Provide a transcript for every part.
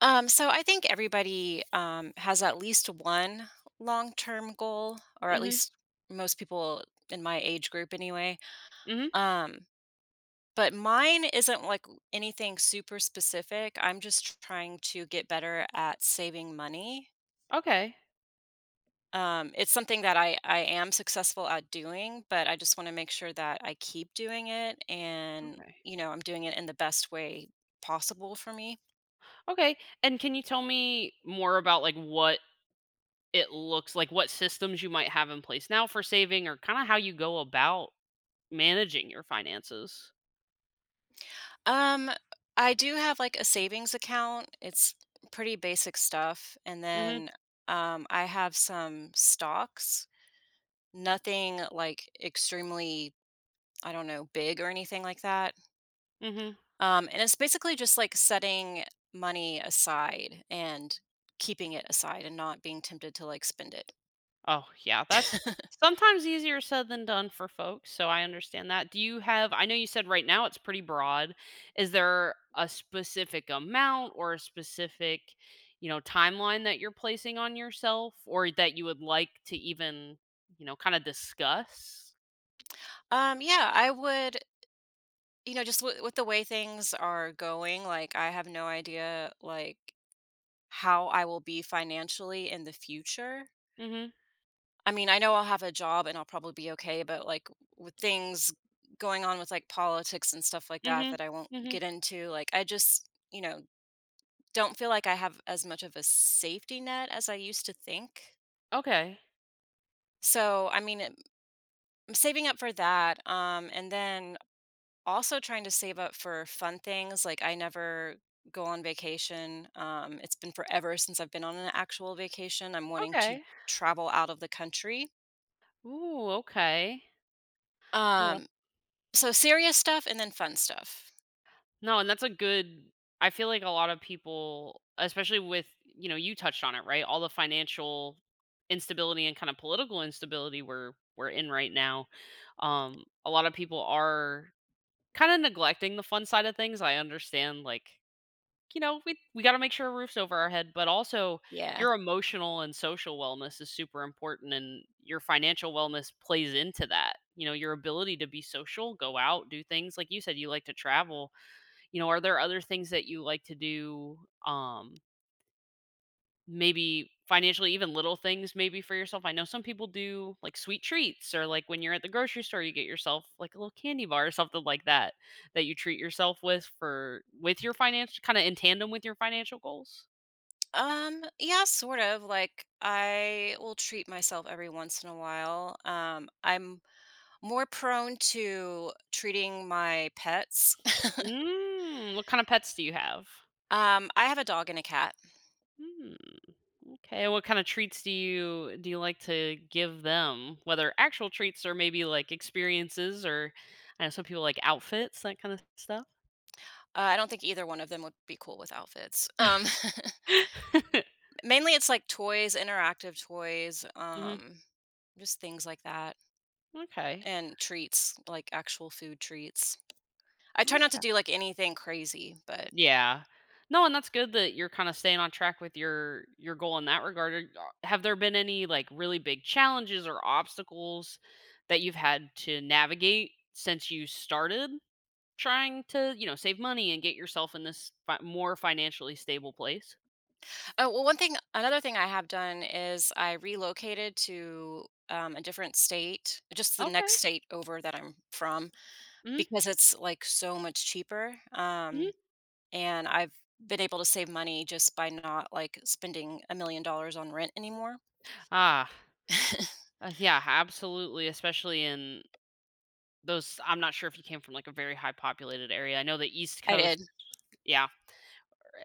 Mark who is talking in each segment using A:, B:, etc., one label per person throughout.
A: So I think everybody has at least one long term goal, or at
B: Mhm,
A: least most people in my age group anyway.
B: mhm.
A: Um, but mine isn't like anything super specific. I'm just trying to get better at saving money.
B: Okay,
A: It's something that I am successful at doing, but I just want to make sure that I keep doing it and,
B: okay.
A: I'm doing it in the best way possible for me.
B: Okay, and can you tell me more about, like, what it looks like, what systems you might have in place now for saving or kinda how you go about managing your finances?
A: Um, I do have like a savings account. It's pretty basic stuff. And
B: Mhm,
A: then I have some stocks, nothing like extremely, I don't know, big or anything like that.
B: mhm.
A: And it's basically just like setting money aside and keeping it aside and not being tempted to like spend it.
B: Oh, yeah, that's sometimes easier said than done for folks, so I understand that. Do you have I know you said right now it's pretty broad. Is there a specific amount or a specific, you know, timeline that you're placing on yourself or that you would like to even, you know, kinda discuss?
A: Yeah, I would, just with the way things are going, like I have no idea, like how I will be financially in the future.
B: Mhm.
A: I mean, I know I'll have a job and I'll probably be okay, but like with things going on with like politics and stuff like that
B: Mhm.
A: that I won't
B: Mhm.
A: get into, like I just, don't feel like I have as much of a safety net as I used to think.
B: Okay.
A: So, I mean, I'm saving up for that. And then also trying to save up for fun things, like, I never go on vacation. It's been forever since I've been on an actual vacation. I'm wanting to
B: Okay.
A: travel out of the country.
B: Ooh, okay. Oh,
A: Um, so serious stuff and then fun stuff.
B: no, and that's a good I feel like a lot of people, especially with, you know, you touched on it, right? All the financial instability and kind of political instability we're in right now. A lot of people are kind of neglecting the fun side of things. I understand, like, you know, we gotta make sure a roof's over our head, but also
A: Yeah.
B: your emotional and social wellness is super important and your financial wellness plays into that. You know, your ability to be social, go out, do things. Like you said, you like to travel you know, are there other things that you like to do, um, maybe financially, even little things maybe for yourself? I know some people do like sweet treats or like when you're at the grocery store, you get yourself like a little candy bar or something like that that you treat yourself with for with your financial kind of in tandem with your financial goals.
A: Yeah, sort of, like, I will treat myself every once in a while. I'm more prone to treating my pets.
B: Mm, what kind of pets do you have?
A: I have a dog and a cat.
B: Mm, okay. What kind of treats do you like to give them? Whether actual treats or maybe like experiences or I know some people like outfits, that kind of stuff.
A: I don't think either one of them would be cool with outfits. Mainly it's like toys, interactive toys,
B: Mhm.
A: just things like that,
B: Okay.
A: and treats, like actual food treats. I try not to
B: Okay.
A: do like anything crazy, but
B: Yeah. No, and that's good that you're kinda staying on track with your goal in that regard. Are y have there been any, like, really big challenges or obstacles that you've had to navigate since you started trying to, you know, save money and get yourself in this fi more financially stable place?
A: oh, well, one thing, another thing I have done is I relocated to a different state, just the
B: Okay.
A: next state over that I'm from,
B: Mhm,
A: because it's like so much cheaper.
B: mhm.
A: And I've been able to save money just by not like spending $1 million on rent anymore.
B: Ah, yeah, absolutely, especially in those I'm not sure if you came from, like, a very high populated area. I know the East
A: I
B: Coast
A: did.
B: yeah.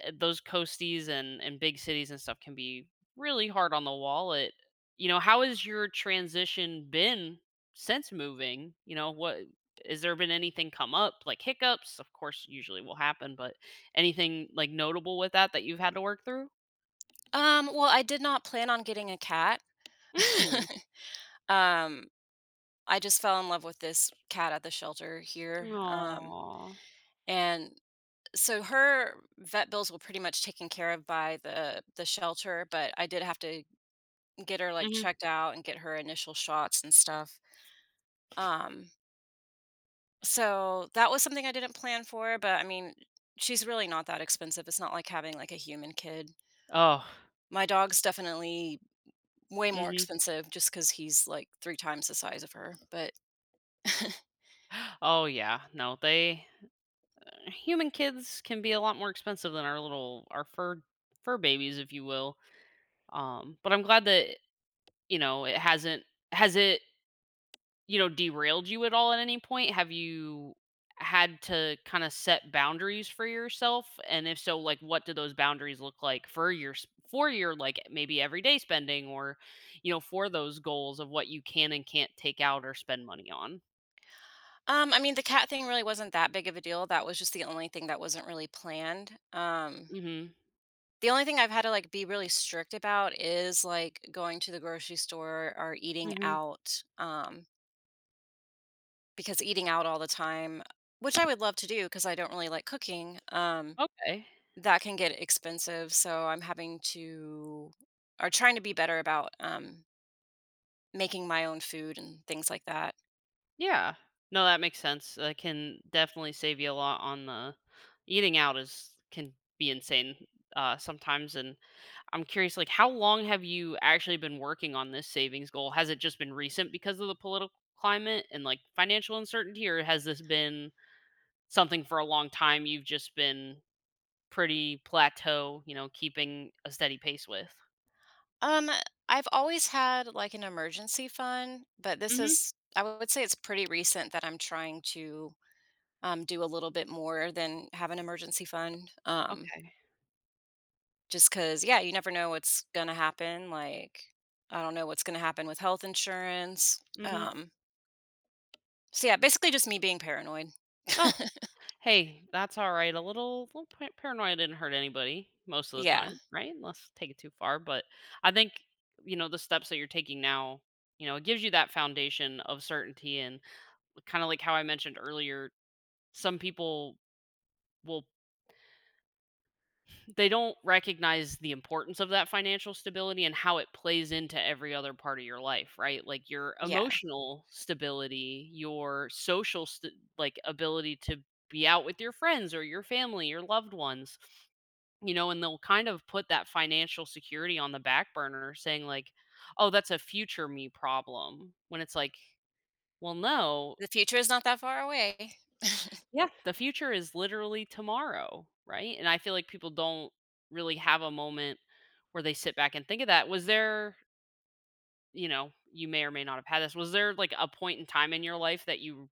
B: Eh, those coasties and big cities and stuff can be really hard on the wallet. You know, how has your transition been since moving? You know, what has there been anything come up like hiccups? Of course, usually will happen, but anything like notable with that that you've had to work through?
A: Well, I did not plan on getting a cat.
B: Mm.
A: Um, I just fell in love with this cat at the shelter here.
B: Aw.
A: And so her vet bills were pretty much taken care of by the shelter, but I did have to get her, like,
B: Mhm.
A: checked out and get her initial shots and stuff. um So that was something I didn't plan for, but I mean, she's really not that expensive. It's not like having like a human kid.
B: Oh.
A: My dog's definitely way more
B: Mhm.
A: expensive just because he's like three times the size of her. But
B: Oh, yeah. No, they eh, human kids can be a lot more expensive than our little our fur fur babies, if you will. But I'm glad that you know, it hasn't has it, you know, derailed you at all at any point? Have you had to kind of set boundaries for yourself? And if so, like what do those boundaries look like for your s- for your like maybe everyday spending or, you know, for those goals of what you can and can't take out or spend money on?
A: I mean, the cat thing really wasn't that big of a deal. That was just the only thing that wasn't really planned.
B: Mhm.
A: The only thing I've had to like be really strict about is like going to the grocery store or eating
B: Mhm.
A: out. Because eating out all the time, which I would love to do because I don't really like cooking.
B: Okay.
A: That can get expensive, so I'm having to or trying to be better about, making my own food and things like that.
B: Yeah. No, that makes sense. That can definitely save you a lot on the eating out is can be insane sometimes and I'm curious, like, how long have you actually been working on this savings goal? Has it just been recent because of the political climate and like financial uncertainty, or has this been something for a long time you've just been pretty plateau, you know, keeping a steady pace with?
A: Um, I've always had, like, an emergency fund, but this
B: Hmm.
A: is I would say it's pretty recent that I'm trying to, do a little bit more than have an emergency fund.
B: Okay.
A: Just because, yeah, you never know what's gonna happen, like, I don't know what's gonna happen with health insurance.
B: Hmm.
A: So yeah, basically just me being paranoid.
B: Oh, hey, that's all right. A little, little pa- paranoia didn't hurt anybody most of the
A: Yeah,
B: time, right? Let's take it too far. But I think, you know, the steps that you're taking now, you know, it gives you that foundation of certainty and kind of like how I mentioned earlier, some people will they don't recognize the importance of that financial stability and how it plays into every other part of your life, right? Like your
A: yeah.
B: emotional stability, your social st- like ability to be out with your friends or your family, your loved ones. You know, and they'll kind of put that financial security on the back burner saying like, "Oh, that's a future me problem." When it's like, "Well, no,
A: The future is not that far away.
B: yeah, the future is literally tomorrow, right?" And I feel like people don't really have a moment where they sit back and think of that. Was there, you know, you may or may not have had this. Was there like a point in time in your life that you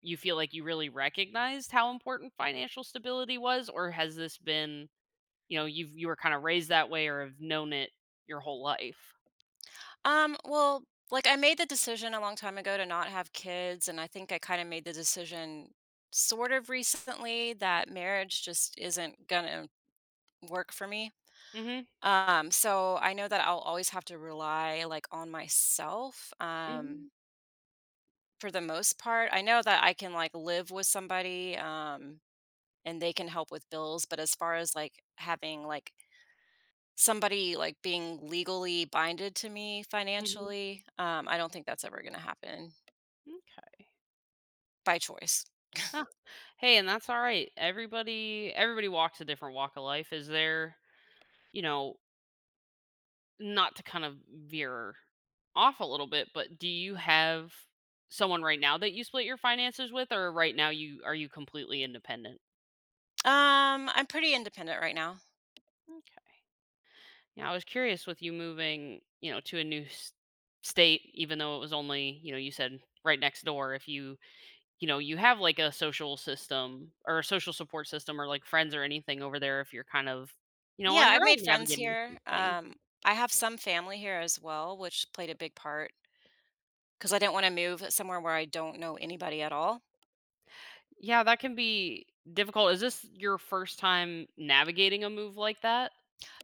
B: you feel like you really recognized how important financial stability was or has this been, you know, you've you were kind of raised that way or have known it your whole life?
A: Well, like, I made the decision a long time ago to not have kids, and I think I kinda made the decision sort of recently that marriage just isn't gonna work for me.
B: Mhm.
A: So I know that I'll always have to rely, like, on myself.
B: Mhm.
A: For the most part, I know that I can, like, live with somebody, and they can help with bills, but as far as, like, having, like, somebody, like, being legally binded to me
B: Mhm.
A: financially. I don't think that's ever gonna happen
B: Okay.
A: by choice.
B: Huh. Hey, and that's all right. Everybody everybody walks a different walk of life. Is there, you know, not to kind of veer off a little bit, but do you have someone right now that you split your finances with, or right now you are you completely independent?
A: I'm pretty independent right now.
B: Okay. Yeah, I was curious with you moving, you know, to a new s- state, even though it was only, you know, you said right next door. If you, you know, you have like a social system or a social support system or like friends or anything over there, if you're kind of, you know,
A: Yeah,
B: on your
A: I've made
B: own
A: friends
B: navigating this new
A: here.
B: thing.
A: I have some family here as well, which played a big part. 'Cause I didn't wanna move somewhere where I don't know anybody at all.
B: Yeah, that can be difficult. Is this your first time navigating a move like that?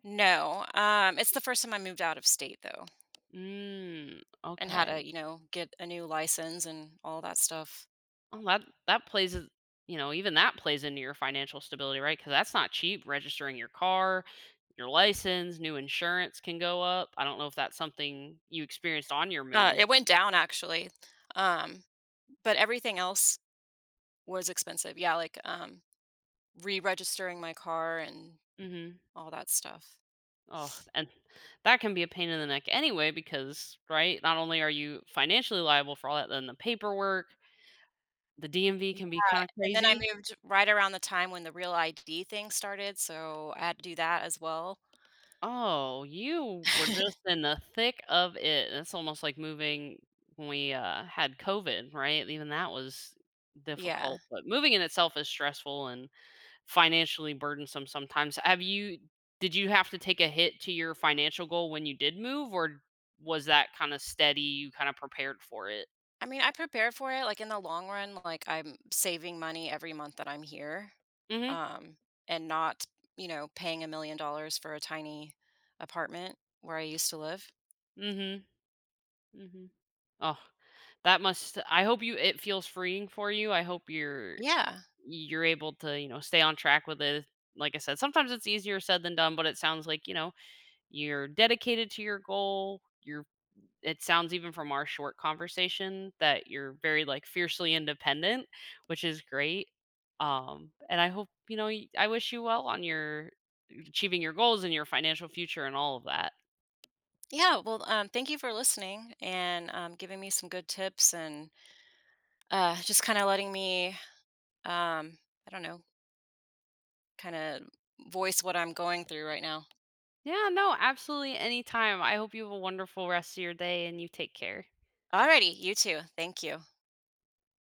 A: No, it's the first time I moved out of state, though,
B: Mm,
A: and had
B: okay.
A: to, you know, get a new license and all that stuff.
B: Well, that that plays, a- you know, even that plays into your financial stability, right? Because that's not cheap. Registering your car, your license, new insurance can go up. I don't know if that's something you experienced on your move.
A: It went down, actually. um, but everything else was expensive. Yeah, like, re-registering my car and
B: Hmm.
A: all that stuff.
B: Oh, and that can be a pain in the neck anyway, because right, not only are you financially liable for all that, then the paperwork, the DMV can be kind of
A: And then I
B: crazy.
A: moved right around the time when the REAL ID thing started, so I had to do that as well.
B: Oh, you were just in the thick of it. It's almost like moving when we had COVID, right? Even that was
A: Yeah.
B: difficult, but moving in itself is stressful and financially burdensome sometimes. Have you did you have to take a hit to your financial goal when you did move or was that kind of steady, you kind of prepared for it?
A: I mean, I prepared for it, like, in the long run, like, I'm saving money every month that I'm here,
B: Mhm.
A: um, and not, you know, paying $1,000,000 for a tiny apartment where I used to live.
B: Mhm. Mhm. Oh, that must I hope you it feels freeing for you. I hope
A: Yeah.
B: you're able to, you know, stay on track with it. Like I said, sometimes it's easier said than done, but it sounds like, you know, you're dedicated to your goal. You're it sounds even from our short conversation that you're very like fiercely independent, which is great. And I hope, you know, y- I wish you well on your achieving your goals and your financial future and all of that.
A: Yeah, well, thank you for listening and, giving me some good tips and, just kinda letting me, um, I don't know, kinda voice what I'm going through right now.
B: Yeah, no, absolutely anytime. I hope you have a wonderful rest of your day and you take care.
A: Alrighty, you too. Thank you.